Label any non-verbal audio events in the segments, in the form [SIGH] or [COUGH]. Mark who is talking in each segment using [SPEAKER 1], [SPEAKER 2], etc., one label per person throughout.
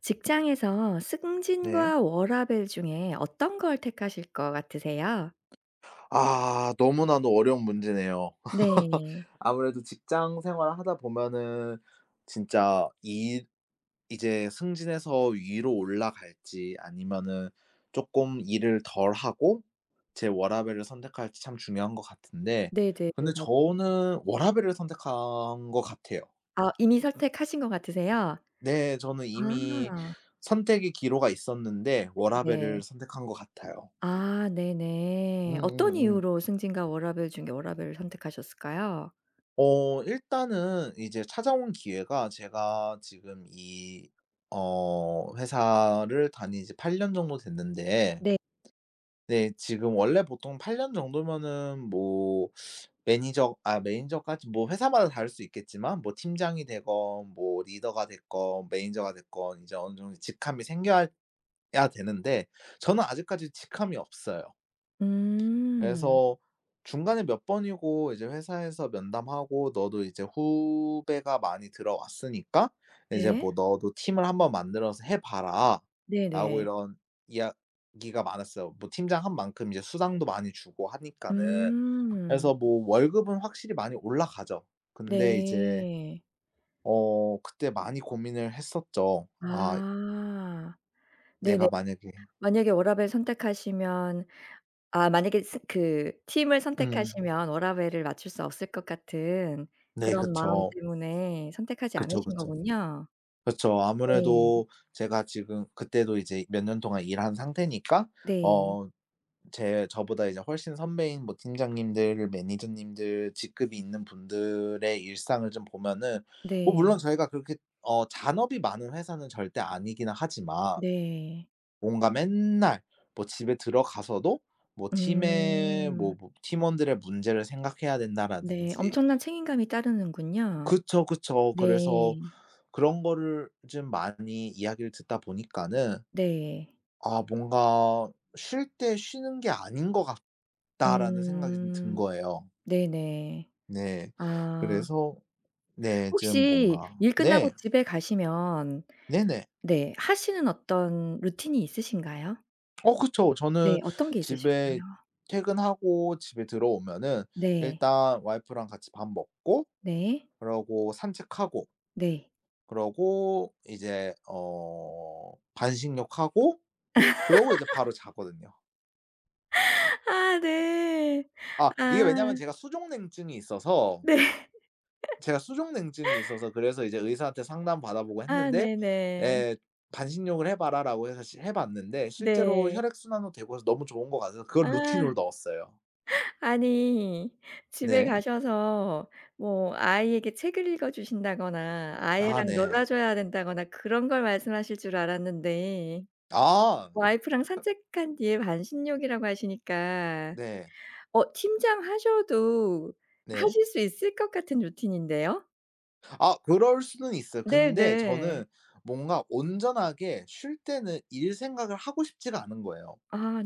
[SPEAKER 1] 직장에서
[SPEAKER 2] 네.
[SPEAKER 1] 승진과 워라밸 중에 어떤 걸 택하실 것 같으세요?
[SPEAKER 2] 아, 너무나도 어려운 문제네요. [LAUGHS]
[SPEAKER 1] 네.
[SPEAKER 2] 아무래도 직장 생활을 하다 보면은 진짜 이 이제 승진해서 위로 올라갈지, 아니면은 조금 일을 덜 하고 제 워라밸을 선택할지 참 중요한 것 같은데,
[SPEAKER 1] 네네,
[SPEAKER 2] 근데
[SPEAKER 1] 맞아요.
[SPEAKER 2] 저는 워라밸을 선택한 것 같아요.
[SPEAKER 1] 아, 이미 선택하신 것 같으세요?
[SPEAKER 2] 네. 저는 이미
[SPEAKER 1] 아.
[SPEAKER 2] 선택의 기로가 있었는데 워라밸을
[SPEAKER 1] 네네.
[SPEAKER 2] 선택한 것 같아요.
[SPEAKER 1] 아 네네, 어떤
[SPEAKER 2] 음음음.
[SPEAKER 1] 이유로 승진과 워라밸 중에 워라밸을 선택하셨을까요?
[SPEAKER 2] 일단은 이제 찾아온 기회가, 제가 지금 이 회사를 다닌 지 8년 정도 됐는데,
[SPEAKER 1] 네.
[SPEAKER 2] 네, 지금 원래 보통 8년 정도면은 뭐 매니저, 아 매니저까지, 뭐 회사마다 다를 수 있겠지만 뭐 팀장이 되건 뭐 리더가 됐건 매니저가 됐건 이제 어느 정도 직함이 생겨야 되는데, 저는 아직까지 직함이 없어요.
[SPEAKER 1] 음.
[SPEAKER 2] 그래서 중간에 몇 번이고 이제 회사에서 면담하고, 너도 이제 후배가 많이 들어왔으니까 이제 뭐
[SPEAKER 1] 네.
[SPEAKER 2] "너도 팀을 한번 만들어서 해 봐라."라고,
[SPEAKER 1] 네네.
[SPEAKER 2] 이런 이야기가 많았어요. 뭐 팀장 한 만큼 이제 수당도 많이 주고 하니까는.
[SPEAKER 1] 음.
[SPEAKER 2] 그래서 뭐 월급은 확실히 많이 올라가죠. 근데 이제
[SPEAKER 1] 네.
[SPEAKER 2] 그때 많이 고민을 했었죠. '아,
[SPEAKER 1] 아. 네네.
[SPEAKER 2] 내가 만약에.'
[SPEAKER 1] 만약에 워라밸 선택하시면 아, 만약에 스 그 팀을
[SPEAKER 2] 음.
[SPEAKER 1] 선택하시면 워라밸을 맞출 수 없을 것 같은
[SPEAKER 2] 네,
[SPEAKER 1] 그런 마음
[SPEAKER 2] 그쵸.
[SPEAKER 1] 때문에 선택하지
[SPEAKER 2] 그쵸,
[SPEAKER 1] 않으신
[SPEAKER 2] 그쵸.
[SPEAKER 1] 거군요.
[SPEAKER 2] 그쵸.
[SPEAKER 1] 네.
[SPEAKER 2] 아무래도 제가 지금 그때도 이제 몇 년 동안 일한 상태니까,
[SPEAKER 1] 네.
[SPEAKER 2] 어 제 저보다 이제 훨씬 선배인 뭐 팀장님들, 매니저님들, 직급이 있는 분들의 일상을 좀 보면은, 뭐 물론
[SPEAKER 1] 네.
[SPEAKER 2] 저희가 그렇게 잔업이 많은 회사는 절대 아니기는 하지만,
[SPEAKER 1] 네.
[SPEAKER 2] 뭔가 맨날 뭐 집에 들어가서도 뭐 팀의 뭐
[SPEAKER 1] 음.
[SPEAKER 2] 뭐 팀원들의 문제를 생각해야
[SPEAKER 1] 네,
[SPEAKER 2] 된다라든지.
[SPEAKER 1] 엄청난 책임감이 따르는군요.
[SPEAKER 2] 그쵸, 그쵸. 그래서
[SPEAKER 1] 네.
[SPEAKER 2] 그런 거를 좀 많이 이야기를 듣다 보니까는,
[SPEAKER 1] 네.
[SPEAKER 2] 아, 뭔가 '쉴 때 쉬는 게 아닌 것 같다.'라는 생각이 좀 든
[SPEAKER 1] 음.
[SPEAKER 2] 거예요.
[SPEAKER 1] 네네.
[SPEAKER 2] 네.
[SPEAKER 1] 아,
[SPEAKER 2] 그래서, 네, 좀
[SPEAKER 1] 혹시
[SPEAKER 2] 뭔가,
[SPEAKER 1] 일 끝나고
[SPEAKER 2] 네.
[SPEAKER 1] 집에 가시면
[SPEAKER 2] 네네.
[SPEAKER 1] 네, 하시는 어떤 루틴이 있으신가요?
[SPEAKER 2] 그쵸. 저는
[SPEAKER 1] 네. 어떤 게 있으실까요?
[SPEAKER 2] 집에 퇴근하고 집에 들어오면은
[SPEAKER 1] 네.
[SPEAKER 2] 일단 와이프랑 같이 밥 먹고,
[SPEAKER 1] 네.
[SPEAKER 2] 그러고 산책하고,
[SPEAKER 1] 네.
[SPEAKER 2] 그러고 이제 반신욕하고, 그러고 이제 바로 자거든요.
[SPEAKER 1] 아 네.
[SPEAKER 2] 아, 이게
[SPEAKER 1] 아
[SPEAKER 2] 왜냐면
[SPEAKER 1] 네. [LAUGHS]
[SPEAKER 2] 제가 수족냉증이 있어서, 그래서 이제 의사한테 상담 받아보고
[SPEAKER 1] 아
[SPEAKER 2] 했는데,
[SPEAKER 1] 네네.
[SPEAKER 2] 예, "반신욕을 해 봐라."라고 해서 시 해 봤는데, 실제로
[SPEAKER 1] 네.
[SPEAKER 2] 혈액 순환도 되고 해서 너무 좋은 것 같아서 그걸
[SPEAKER 1] 아
[SPEAKER 2] 루틴으로 넣었어요.
[SPEAKER 1] 아니 집에
[SPEAKER 2] 네.
[SPEAKER 1] 가셔서 뭐 아이에게 책을 읽어 주신다거나
[SPEAKER 2] 아,
[SPEAKER 1] 아이랑
[SPEAKER 2] 네.
[SPEAKER 1] 놀아 줘야 된다거나 그런 걸 말씀하실 줄 알았는데,
[SPEAKER 2] 아,
[SPEAKER 1] 와이프랑 산책한 뒤에 반신욕이라고 하시니까
[SPEAKER 2] 네.
[SPEAKER 1] 어, 팀장 하셔도
[SPEAKER 2] 네.
[SPEAKER 1] 하실 수 있을 것 같은 루틴인데요.
[SPEAKER 2] 아, 그럴 수는 있어요. 근데 저는
[SPEAKER 1] 네네.
[SPEAKER 2] 뭔가 온전하게 쉴 때는 일 생각을 하고 싶지가 않은 거예요.
[SPEAKER 1] 아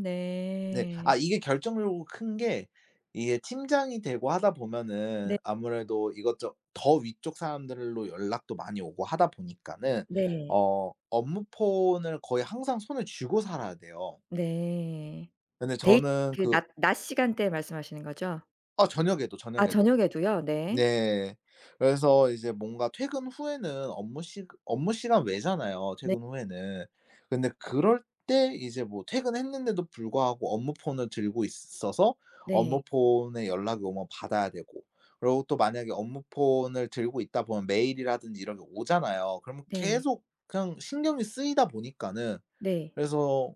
[SPEAKER 2] 네. 아,
[SPEAKER 1] 네.
[SPEAKER 2] 이게 결정적으로 큰 게, 이게 팀장이 되고 하다 보면은
[SPEAKER 1] 네.
[SPEAKER 2] 아무래도 이것저 더 위쪽 사람들로 연락도 많이 오고 하다 보니까는
[SPEAKER 1] 네.
[SPEAKER 2] 업무폰을 거의 항상 손에 쥐고 살아야 돼요.
[SPEAKER 1] 네.
[SPEAKER 2] 근데
[SPEAKER 1] 데이
[SPEAKER 2] 저는
[SPEAKER 1] 그
[SPEAKER 2] 그,
[SPEAKER 1] 낮 시간대 말씀하시는 거죠?
[SPEAKER 2] 아, 저녁에도,
[SPEAKER 1] 아
[SPEAKER 2] 저녁에도.
[SPEAKER 1] 저녁에도요? 네.
[SPEAKER 2] 네. 그래서 이제 뭔가 퇴근 후에는 업무 시간 외잖아요,
[SPEAKER 1] 네.
[SPEAKER 2] 퇴근 후에는. 근데 그럴 때 이제 뭐 퇴근했는데도 불구하고 업무 폰을 들고 있어서, 업무
[SPEAKER 1] 네.
[SPEAKER 2] 폰에 연락이 오면 받아야 되고, 그리고 또 만약에 업무 폰을 들고 있다 보면 메일이라든지 이런 게 오잖아요. 그러면
[SPEAKER 1] 네.
[SPEAKER 2] 계속 그냥 신경이 쓰이다 보니까는,
[SPEAKER 1] 네.
[SPEAKER 2] 그래서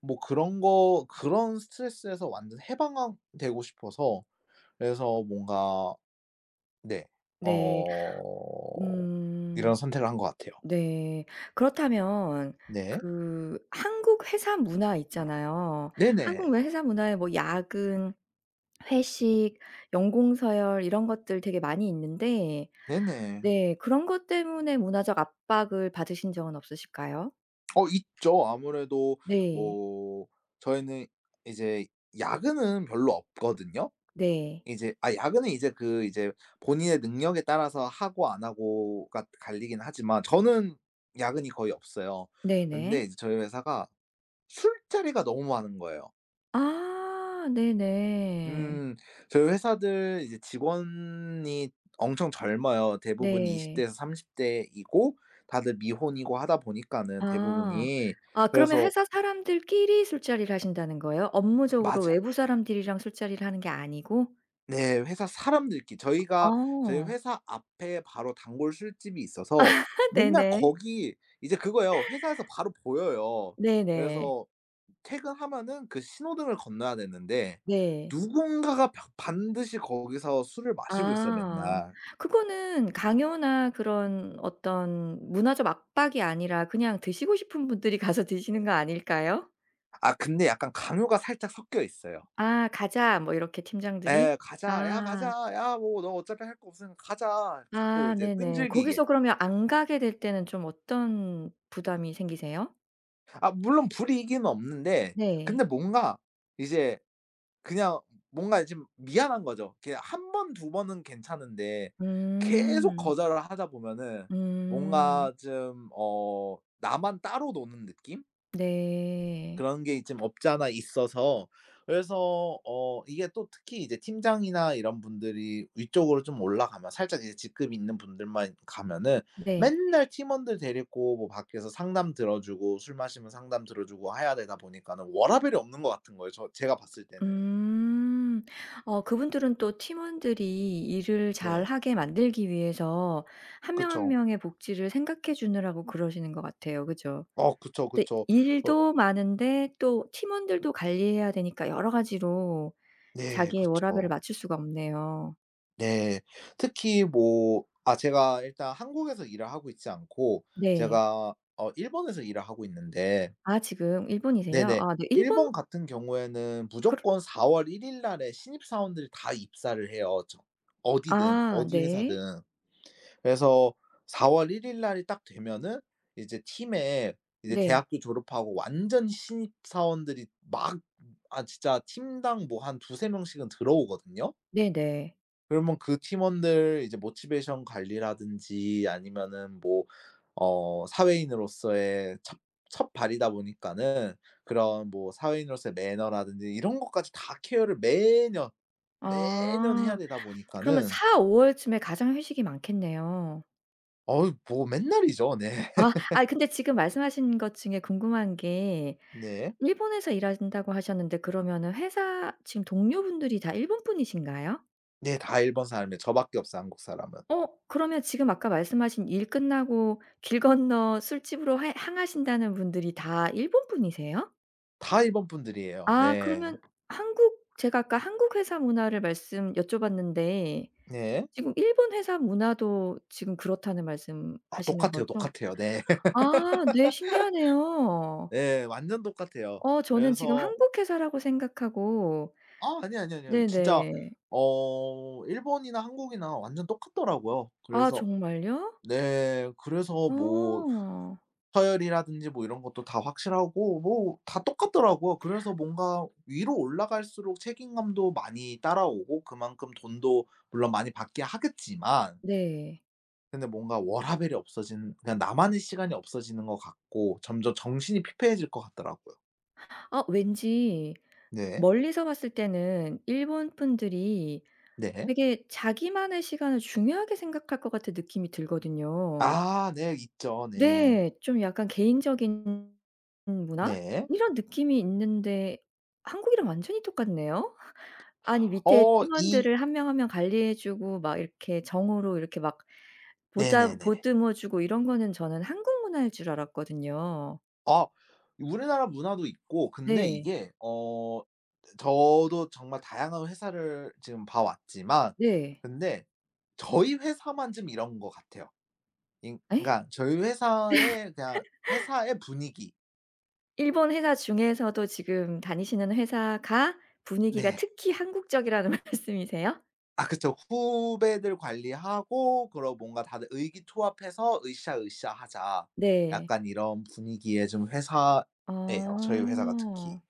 [SPEAKER 2] 뭐 그런 거, 그런 스트레스에서 완전 해방되고 싶어서, 그래서 뭔가, 네.
[SPEAKER 1] 네.
[SPEAKER 2] 어 이런
[SPEAKER 1] 음.
[SPEAKER 2] 선택을 한 것 같아요.
[SPEAKER 1] 네. 그렇다면
[SPEAKER 2] 네.
[SPEAKER 1] 그 한국 회사 문화 있잖아요.
[SPEAKER 2] 네네.
[SPEAKER 1] 한국 왜 회사 문화에 뭐 야근, 회식, 연공 서열 이런 것들 되게 많이 있는데
[SPEAKER 2] 네네.
[SPEAKER 1] 네, 그런 것 때문에 문화적 압박을 받으신 적은 없으실까요?
[SPEAKER 2] 있죠. 아무래도
[SPEAKER 1] 네.
[SPEAKER 2] 뭐 저희는 이제 야근은 별로 없거든요.
[SPEAKER 1] 네.
[SPEAKER 2] 이제 야근은 이제 본인의 능력에 따라서 하고 안 하고가 갈리긴 하지만, 저는 야근이 거의 없어요. 근데
[SPEAKER 1] 네네.
[SPEAKER 2] 이제 저희 회사가 술자리가 너무 많은 거예요.
[SPEAKER 1] 아 네네.
[SPEAKER 2] 음. 저희 회사들 이제 직원이 엄청 젊어요. 대부분 20
[SPEAKER 1] 네.
[SPEAKER 2] 대에서 30 대이고, 다들 미혼이고 하다 보니까는,
[SPEAKER 1] 아.
[SPEAKER 2] 대부분이.
[SPEAKER 1] 아 그러면
[SPEAKER 2] 그래서,
[SPEAKER 1] 회사 사람들끼리 술자리를 하신다는 거예요? 업무적으로
[SPEAKER 2] 맞아요.
[SPEAKER 1] 외부 사람들이랑 술자리를 하는 게 아니고?
[SPEAKER 2] 네. 회사 사람들끼리 저희
[SPEAKER 1] 어.
[SPEAKER 2] 회사 앞에 바로 단골 술집이 있어서,
[SPEAKER 1] [LAUGHS]
[SPEAKER 2] 맨날
[SPEAKER 1] 네네.
[SPEAKER 2] 거기, 이제 그거예요. 회사에서 바로 보여요.
[SPEAKER 1] 네네.
[SPEAKER 2] 그래서 퇴근하면은 그 신호등을 건너야 되는데,
[SPEAKER 1] 네.
[SPEAKER 2] 누군가가 바 반드시 거기서 술을 마시고 있어요,
[SPEAKER 1] 아.
[SPEAKER 2] 맨날.
[SPEAKER 1] 그거는 강요나 그런 어떤 문화적 압박이 아니라 그냥 드시고 싶은 분들이 [LAUGHS] 가서 드시는 거 아닐까요?
[SPEAKER 2] 아, 근데 약간 강요가 살짝 섞여 있어요.
[SPEAKER 1] 아, "가자." 뭐 이렇게 팀장들이?
[SPEAKER 2] 예. "가자. 야 가자.
[SPEAKER 1] 아.
[SPEAKER 2] 야, 뭐 너 어차피 할 거 없으니까 가자." 자꾸
[SPEAKER 1] 아
[SPEAKER 2] 이제
[SPEAKER 1] 네네.
[SPEAKER 2] 끈질기게.
[SPEAKER 1] 거기서 그러면 안 가게 될 때는 좀 어떤 부담이 생기세요?
[SPEAKER 2] 아, 물론 불이익은 없는데, 근데
[SPEAKER 1] 네.
[SPEAKER 2] 뭔가, 이제, 그냥, 뭔가 지금 미안한 거죠. 그냥 한 번 두 번은 괜찮은데 계속
[SPEAKER 1] 음.
[SPEAKER 2] 거절을 하다 보면은,
[SPEAKER 1] 음.
[SPEAKER 2] 뭔가 좀, 나만 따로 노는 느낌?
[SPEAKER 1] 네.
[SPEAKER 2] 그런 게 좀 없지 않아 있어서, 그래서 이게 또 특히 이제 팀장이나 이런 분들이 위쪽으로 좀 올라가면, 살짝 이제 직급 있는 분들만 가면은
[SPEAKER 1] 네.
[SPEAKER 2] 맨날 팀원들 데리고 뭐 밖에서 상담 들어주고, 술 마시면 상담 들어주고 해야 되다 보니까는 워라밸이 없는 것 같은 거예요. 제가 봤을 때는.
[SPEAKER 1] 음. 어, 그분들은 또 팀원들이 일을
[SPEAKER 2] 네.
[SPEAKER 1] 잘하게 만들기 위해서 한 명 한
[SPEAKER 2] 그쵸.
[SPEAKER 1] 명의 복지를 생각해 주느라고 그러시는 것 같아요. 그죠?
[SPEAKER 2] 그쵸,
[SPEAKER 1] 근데
[SPEAKER 2] 그쵸. 어
[SPEAKER 1] 일도 많은데 또 팀원들도 관리해야 되니까 여러 가지로
[SPEAKER 2] 네,
[SPEAKER 1] 자기의 워라밸을
[SPEAKER 2] 그쵸.
[SPEAKER 1] 맞출 수가 없네요.
[SPEAKER 2] 네. 특히 뭐, 아, 제가 일단 한국에서 일을 하고 있지 않고,
[SPEAKER 1] 네.
[SPEAKER 2] 제가 일본에서 일을 하고 있는데.
[SPEAKER 1] 아 지금 일본이세요?
[SPEAKER 2] 네네.
[SPEAKER 1] 아 네, 일본.
[SPEAKER 2] 일본 같은 경우에는
[SPEAKER 1] 그러
[SPEAKER 2] 무조건 4월 1일 날에 신입사원들이 다 입사를 해요. 어디든,
[SPEAKER 1] 아
[SPEAKER 2] 어디
[SPEAKER 1] 네.
[SPEAKER 2] 회사든. 그래서 4월 1일 날이 딱 되면은, 이제 팀에 이제
[SPEAKER 1] 네.
[SPEAKER 2] 대학교 졸업하고 완전 신입사원들이 막, 아, 진짜 팀당 뭐 한 두세 명씩은 들어오거든요.
[SPEAKER 1] 네네.
[SPEAKER 2] 그러면 그 팀원들 이제 모티베이션 관리라든지, 아니면은 뭐, 사회인으로서의 첫 발이다 보니까는, 그런 뭐 사회인으로서의 매너라든지 이런 것까지 다 케어를 매년, 매년 해야
[SPEAKER 1] 아
[SPEAKER 2] 되다
[SPEAKER 1] 그러면
[SPEAKER 2] 보니까는.
[SPEAKER 1] 4-5 월쯤에 가장 휴식이 많겠네요.
[SPEAKER 2] 어우, 뭐 맨날이죠. 네.
[SPEAKER 1] 아
[SPEAKER 2] [LAUGHS]
[SPEAKER 1] 아이, 근데 지금 말씀하신 것 중에 궁금한 게,
[SPEAKER 2] 네.
[SPEAKER 1] 일본에서 일하신다고 하셨는데 그러면은 회사 지금 동료분들이 다 일본 분이신가요?
[SPEAKER 2] 네, 다 일본 사람이에요. 저 밖에 없어요, 한국 사람은.
[SPEAKER 1] 어, 그러면 지금 아까 말씀하신 일 끝나고 길 건너 술집으로 해 향하신다는 분들이 다 일본 분이세요?
[SPEAKER 2] 다 일본 분들이에요.
[SPEAKER 1] 아
[SPEAKER 2] 네.
[SPEAKER 1] 그러면 한국 제가 아까 한국 회사 문화를 말씀 여쭤봤는데
[SPEAKER 2] 네.
[SPEAKER 1] 지금 일본 회사 문화도 지금 그렇다는
[SPEAKER 2] 아,
[SPEAKER 1] 말씀하시는
[SPEAKER 2] 똑같아요,
[SPEAKER 1] 거죠?
[SPEAKER 2] 똑같아요. 네. [LAUGHS]
[SPEAKER 1] 아 네, 신기하네요.
[SPEAKER 2] 네, 완전 똑같아요.
[SPEAKER 1] 어 저는 지금
[SPEAKER 2] 그래서,
[SPEAKER 1] 한국 회사라고 생각하고.
[SPEAKER 2] 아, 아니 아니 아니요. 진짜,
[SPEAKER 1] 네네.
[SPEAKER 2] 일본이나 한국이나 완전 똑같더라고요.
[SPEAKER 1] 아
[SPEAKER 2] 그래서,
[SPEAKER 1] 정말요?
[SPEAKER 2] 네, 그래서 뭐
[SPEAKER 1] 어.
[SPEAKER 2] 서열이라든지 뭐 이런 것도 다 확실하고 뭐 다 똑같더라고요. 그래서 뭔가 위로 올라갈수록 책임감도 많이 따라오고 그만큼 돈도 물론 많이 받게 하겠지만,
[SPEAKER 1] 네.
[SPEAKER 2] 근데 뭔가 워라밸이 없어지는, 그냥 나만의 시간이 없어지는 것 같고 점점 정신이 피폐해질 것 같더라고요.
[SPEAKER 1] 아 왠지
[SPEAKER 2] 네.
[SPEAKER 1] 멀리서 봤을 때는 일본 분들이
[SPEAKER 2] 네.
[SPEAKER 1] 되게 자기만의 시간을 중요하게 생각할 것 같은 느낌이 들거든요.
[SPEAKER 2] 아, 네, 있죠. 네.
[SPEAKER 1] 네. 좀 약간 개인적인 문화?
[SPEAKER 2] 네.
[SPEAKER 1] 이런 느낌이 있는데 한국이랑 완전히 똑같네요. 아니 밑에
[SPEAKER 2] 이,
[SPEAKER 1] 팀원들을 한 명 한 명 관리해 주고 막 이렇게 정으로 이렇게 막 보다
[SPEAKER 2] 네네네.
[SPEAKER 1] 보듬어 주고 이런 거는 저는 한국 문화일 줄 알았거든요.
[SPEAKER 2] 아, 우리나라 문화도 있고, 근데
[SPEAKER 1] 네.
[SPEAKER 2] 이게, 저도 정말 다양한 회사를 지금 봐 왔지만
[SPEAKER 1] 네.
[SPEAKER 2] 근데 저희 회사만 좀 이런 것 같아요. 이,
[SPEAKER 1] 예?
[SPEAKER 2] 그러니까 저희 회사의 그냥 회사의 분위기.
[SPEAKER 1] 일본 회사 중에서도 지금 다니시는 회사가 분위기가
[SPEAKER 2] 네.
[SPEAKER 1] 특히 한국적이라는 [LAUGHS] 말씀이세요?
[SPEAKER 2] 아, 그쵸. 후배들 관리하고, 그러고 뭔가 다들 의기투합해서 으쌰으쌰 하자.
[SPEAKER 1] 네.
[SPEAKER 2] 약간 이런 분위기의 좀 회사예요, 저희 회사가
[SPEAKER 1] 어.
[SPEAKER 2] 특히.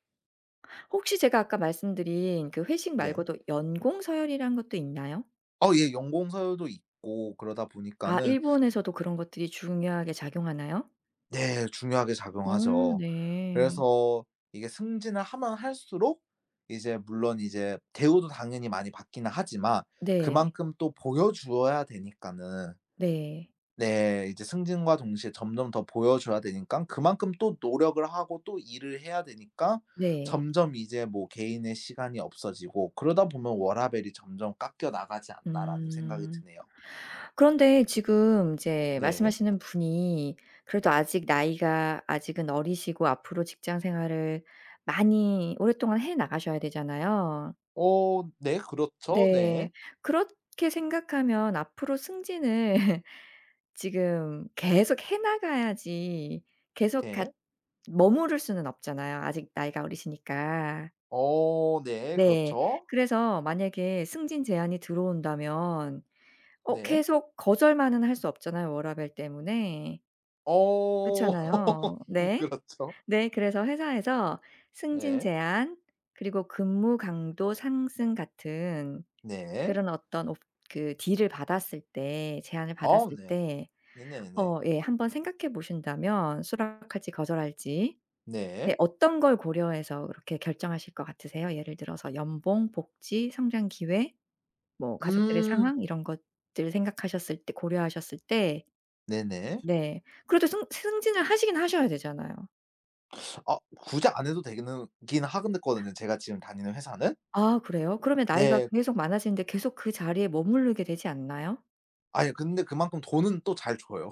[SPEAKER 1] 혹시 제가 아까 말씀드린 그 회식
[SPEAKER 2] 네.
[SPEAKER 1] 말고도 연공 서열이란 것도 있나요?
[SPEAKER 2] 예. 연공서도 있고 그러다
[SPEAKER 1] 아
[SPEAKER 2] 보니까는.
[SPEAKER 1] 일본에서도 그런 것들이 중요하게 작용하나요?
[SPEAKER 2] 네. 중요하게
[SPEAKER 1] 어
[SPEAKER 2] 작용하죠.
[SPEAKER 1] 네.
[SPEAKER 2] 그래서 이게 승진을 하면 할수록 이제 물론 이제 대우도 당연히 많이 받기는 하지만
[SPEAKER 1] 네.
[SPEAKER 2] 그만큼 또 보여주어야 되니까는,
[SPEAKER 1] 네.
[SPEAKER 2] 네, 이제 승진과 동시에 점점 더 보여줘야 되니까 그만큼 또 노력을 하고 또 일을 해야 되니까,
[SPEAKER 1] 네.
[SPEAKER 2] 점점 이제 뭐 개인의 시간이 없어지고, 그러다 보면 '워라밸이 점점 깎여 나가지 않나.'라는 생각이
[SPEAKER 1] 음.
[SPEAKER 2] 드네요.
[SPEAKER 1] 그런데 지금 이제
[SPEAKER 2] 네.
[SPEAKER 1] 말씀하시는 분이 그래도 아직 나이가 아직은 어리시고 앞으로 직장 생활을 많이 오랫동안 해 나가셔야 되잖아요.
[SPEAKER 2] 네. 그렇죠. 네.
[SPEAKER 1] 네. 그렇게 생각하면 앞으로 승진을 지금 계속 해 나가야지 계속 같
[SPEAKER 2] 네.
[SPEAKER 1] 머무를 수는 없잖아요 아직 나이가 어리시니까.
[SPEAKER 2] 네.
[SPEAKER 1] 네.
[SPEAKER 2] 그렇죠.
[SPEAKER 1] 그래서 만약에 승진 제안이 들어온다면 어,
[SPEAKER 2] 네.
[SPEAKER 1] 계속 거절만은 할 수 없잖아요 워라밸 때문에.
[SPEAKER 2] 어. [LAUGHS]
[SPEAKER 1] 그렇잖아요. 네.
[SPEAKER 2] 그렇죠.
[SPEAKER 1] 네, 그래서 회사에서 승진
[SPEAKER 2] 네.
[SPEAKER 1] 제안 그리고 근무 강도 상승 같은
[SPEAKER 2] 네.
[SPEAKER 1] 그런 어떤 옵 그 딜을 받았을 때, 제안을 받았을
[SPEAKER 2] 네.
[SPEAKER 1] 때
[SPEAKER 2] 네네네.
[SPEAKER 1] 어 예, 한번 생각해 보신다면 수락할지 거절할지 네,
[SPEAKER 2] 네.
[SPEAKER 1] 어떤 걸 고려해서 그렇게 결정하실 것 같으세요? 예를 들어서 연봉, 복지, 성장 기회, 뭐 가족들의
[SPEAKER 2] 음.
[SPEAKER 1] 상황 이런 것들 생각하셨을 때 고려하셨을 때
[SPEAKER 2] 네네.
[SPEAKER 1] 네 그래도 승 승진을 하시긴 하셔야 되잖아요.
[SPEAKER 2] 아, 굳이 안 해도 되기는 긴 하거든요, 제가 지금 다니는 회사는.
[SPEAKER 1] 아 그래요? 그러면 나이가
[SPEAKER 2] 네.
[SPEAKER 1] 계속 많아지는데 계속 그 자리에 머무르게 되지 않나요?
[SPEAKER 2] 아니, 근데 그만큼 돈은 또 잘 줘요.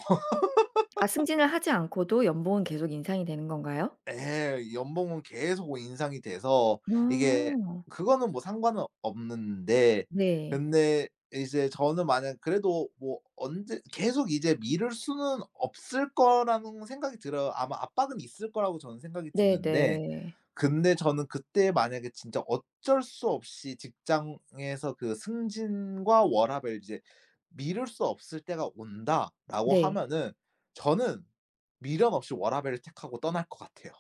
[SPEAKER 1] 아 승진을 하지 않고도 연봉은 계속 인상이 되는 건가요?
[SPEAKER 2] 예. 연봉은 계속 인상이 돼서, 이게,
[SPEAKER 1] 어.
[SPEAKER 2] 그거는 뭐 상관은 없는데,
[SPEAKER 1] 네.
[SPEAKER 2] 근데 이제 저는 만약 그래도 뭐, 언제 계속 이제 미룰 수는 없을 거라는 생각이 들어요. 아마 압박은 있을 거라고 저는 생각이
[SPEAKER 1] 네네.
[SPEAKER 2] 드는데,
[SPEAKER 1] 네.
[SPEAKER 2] 근데 저는 그때 만약에 진짜 어쩔 수 없이 직장에서 그 승진과 워라밸, 이제 '미룰 수 없을 때가 온다.'라고
[SPEAKER 1] 네.
[SPEAKER 2] 하면은, 저는 미련 없이 워라밸을 택하고 떠날 것 같아요.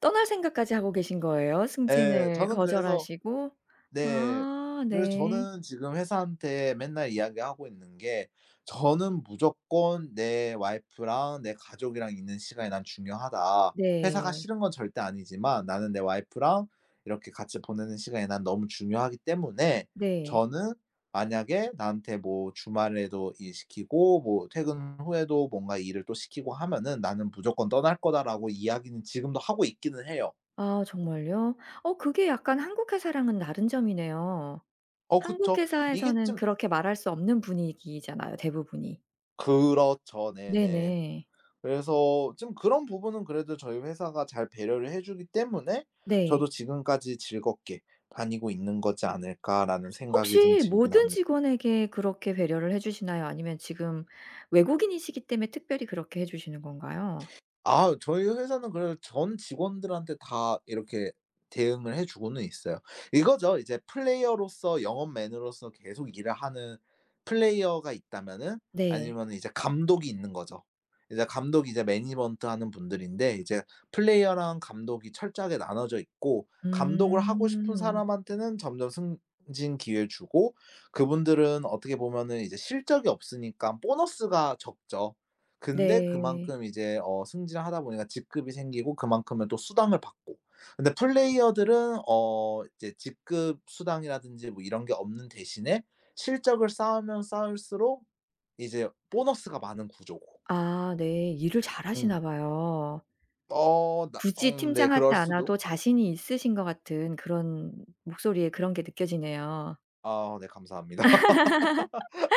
[SPEAKER 1] 떠날 생각까지 하고 계신 거예요?
[SPEAKER 2] 예.
[SPEAKER 1] 승진을
[SPEAKER 2] 저는 그래서,
[SPEAKER 1] 거절하시고?
[SPEAKER 2] 네.
[SPEAKER 1] 아
[SPEAKER 2] 그래서
[SPEAKER 1] 네.
[SPEAKER 2] 저는 지금 회사한테 맨날 이야기하고 있는 게, "저는 무조건 내 와이프랑 내 가족이랑 있는 시간이 난 중요하다. 회사가
[SPEAKER 1] 네.
[SPEAKER 2] 싫은 건 절대 아니지만 나는 내 와이프랑 이렇게 같이 보내는 시간이 난 너무 중요하기 때문에,
[SPEAKER 1] 네.
[SPEAKER 2] 저는 만약에 나한테 뭐 주말에도 일 시키고 뭐 퇴근 후에도 뭔가 일을 또 시키고 하면은 나는 무조건 떠날 거다."라고 이야기는 지금도 하고 있기는 해요.
[SPEAKER 1] 아 정말요? 어 그게 약간 한국 회사랑은 다른 점이네요. 한국
[SPEAKER 2] 그쵸. 이게
[SPEAKER 1] 회사에서는
[SPEAKER 2] 좀,
[SPEAKER 1] 그렇게 말할 수 없는 분위기잖아요, 대부분이.
[SPEAKER 2] 그렇죠. 네네.
[SPEAKER 1] 네네.
[SPEAKER 2] 그래서 좀 그런 부분은 그래도 저희 회사가 잘 배려를 해 주기 때문에 저도
[SPEAKER 1] 네.
[SPEAKER 2] 지금까지 즐겁게 다니고 있는 거지 않을까라는 생각이 좀
[SPEAKER 1] 혹시
[SPEAKER 2] 들긴
[SPEAKER 1] 모든
[SPEAKER 2] 합니.
[SPEAKER 1] 직원에게 그렇게 배려를 해 주시나요? 아니면 지금 외국인이시기 때문에 특별히 그렇게 해 주시는 건가요?
[SPEAKER 2] 아, 저희 회사는 그래도 전 직원들한테 다 이렇게 대응을 해 주고는 있어요. 이거죠. 이제 플레이어로서, 영업맨으로서 계속 일을 하는 플레이어가 있다면은,
[SPEAKER 1] 네.
[SPEAKER 2] 아니면은 이제 감독이 있는 거죠. 이제 감독이 이제 매니지먼트 하는 분들인데, 이제 플레이어랑 감독이 철저하게 나눠져 있고, 감독을 하고 싶은
[SPEAKER 1] 음.
[SPEAKER 2] 사람한테는 점점 승진 기회 를 주고, 그분들은 어떻게 보면은 이제 실적이 없으니까 보너스가 적죠. 근데
[SPEAKER 1] 네.
[SPEAKER 2] 그만큼 이제 승진을 하다 보니까 직급이 생기고 그만큼은 또 수당을 받고, 근데 플레이어들은 이제 직급 수당이라든지 뭐 이런 게 없는 대신에 실적을 쌓으면 쌓을수록 이제 보너스가 많은 구조고.
[SPEAKER 1] 아 네, 일을
[SPEAKER 2] 음.
[SPEAKER 1] 잘하시나 봐요.
[SPEAKER 2] 나,
[SPEAKER 1] 굳이
[SPEAKER 2] 음, 네,
[SPEAKER 1] 팀장하지
[SPEAKER 2] 그럴 수도.
[SPEAKER 1] 않아도 자신이 있으신 것 같은 그런 목소리에 그런 게 느껴지네요.
[SPEAKER 2] 아, 네, 감사합니다. [LAUGHS]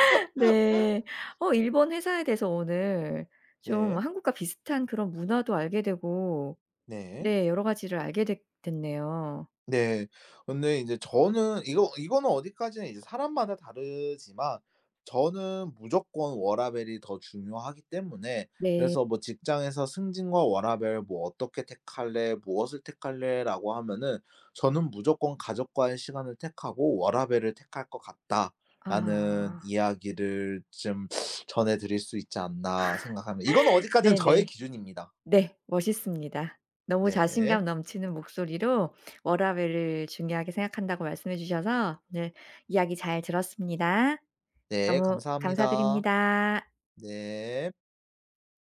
[SPEAKER 1] [LAUGHS] 네. 어, 일본 회사에 대해서 오늘 좀
[SPEAKER 2] 네.
[SPEAKER 1] 한국과 비슷한 그런 문화도 알게 되고
[SPEAKER 2] 네.
[SPEAKER 1] 네, 여러 가지를 알게 됐 됐네요.
[SPEAKER 2] 네. 근데 이제 저는, 이거는 어디까지나 이제 사람마다 다르지만, 저는 무조건 워라밸이 더 중요하기 때문에,
[SPEAKER 1] 네.
[SPEAKER 2] 그래서 뭐 직장에서 "승진과 워라밸 뭐 어떻게 택할래? 무엇을 택할래?"라고 하면은, 저는 무조건 "가족과의 시간을 택하고 워라밸을 택할 것 같다."라는
[SPEAKER 1] 아.
[SPEAKER 2] 이야기를 좀 [SNIFFS] 전해 드릴 수 있지 않나 생각합니다. 이건 어디까지는 저의
[SPEAKER 1] 네네.
[SPEAKER 2] 기준입니다.
[SPEAKER 1] 네, 멋있습니다. 너무
[SPEAKER 2] 네.
[SPEAKER 1] 자신감 넘치는 목소리로 워라밸을 중요하게 생각한다고 말씀해 주셔서 오늘 이야기 잘 들었습니다.
[SPEAKER 2] 네,
[SPEAKER 1] 너무
[SPEAKER 2] 감사합니다.
[SPEAKER 1] 감사드립니다.
[SPEAKER 2] 네.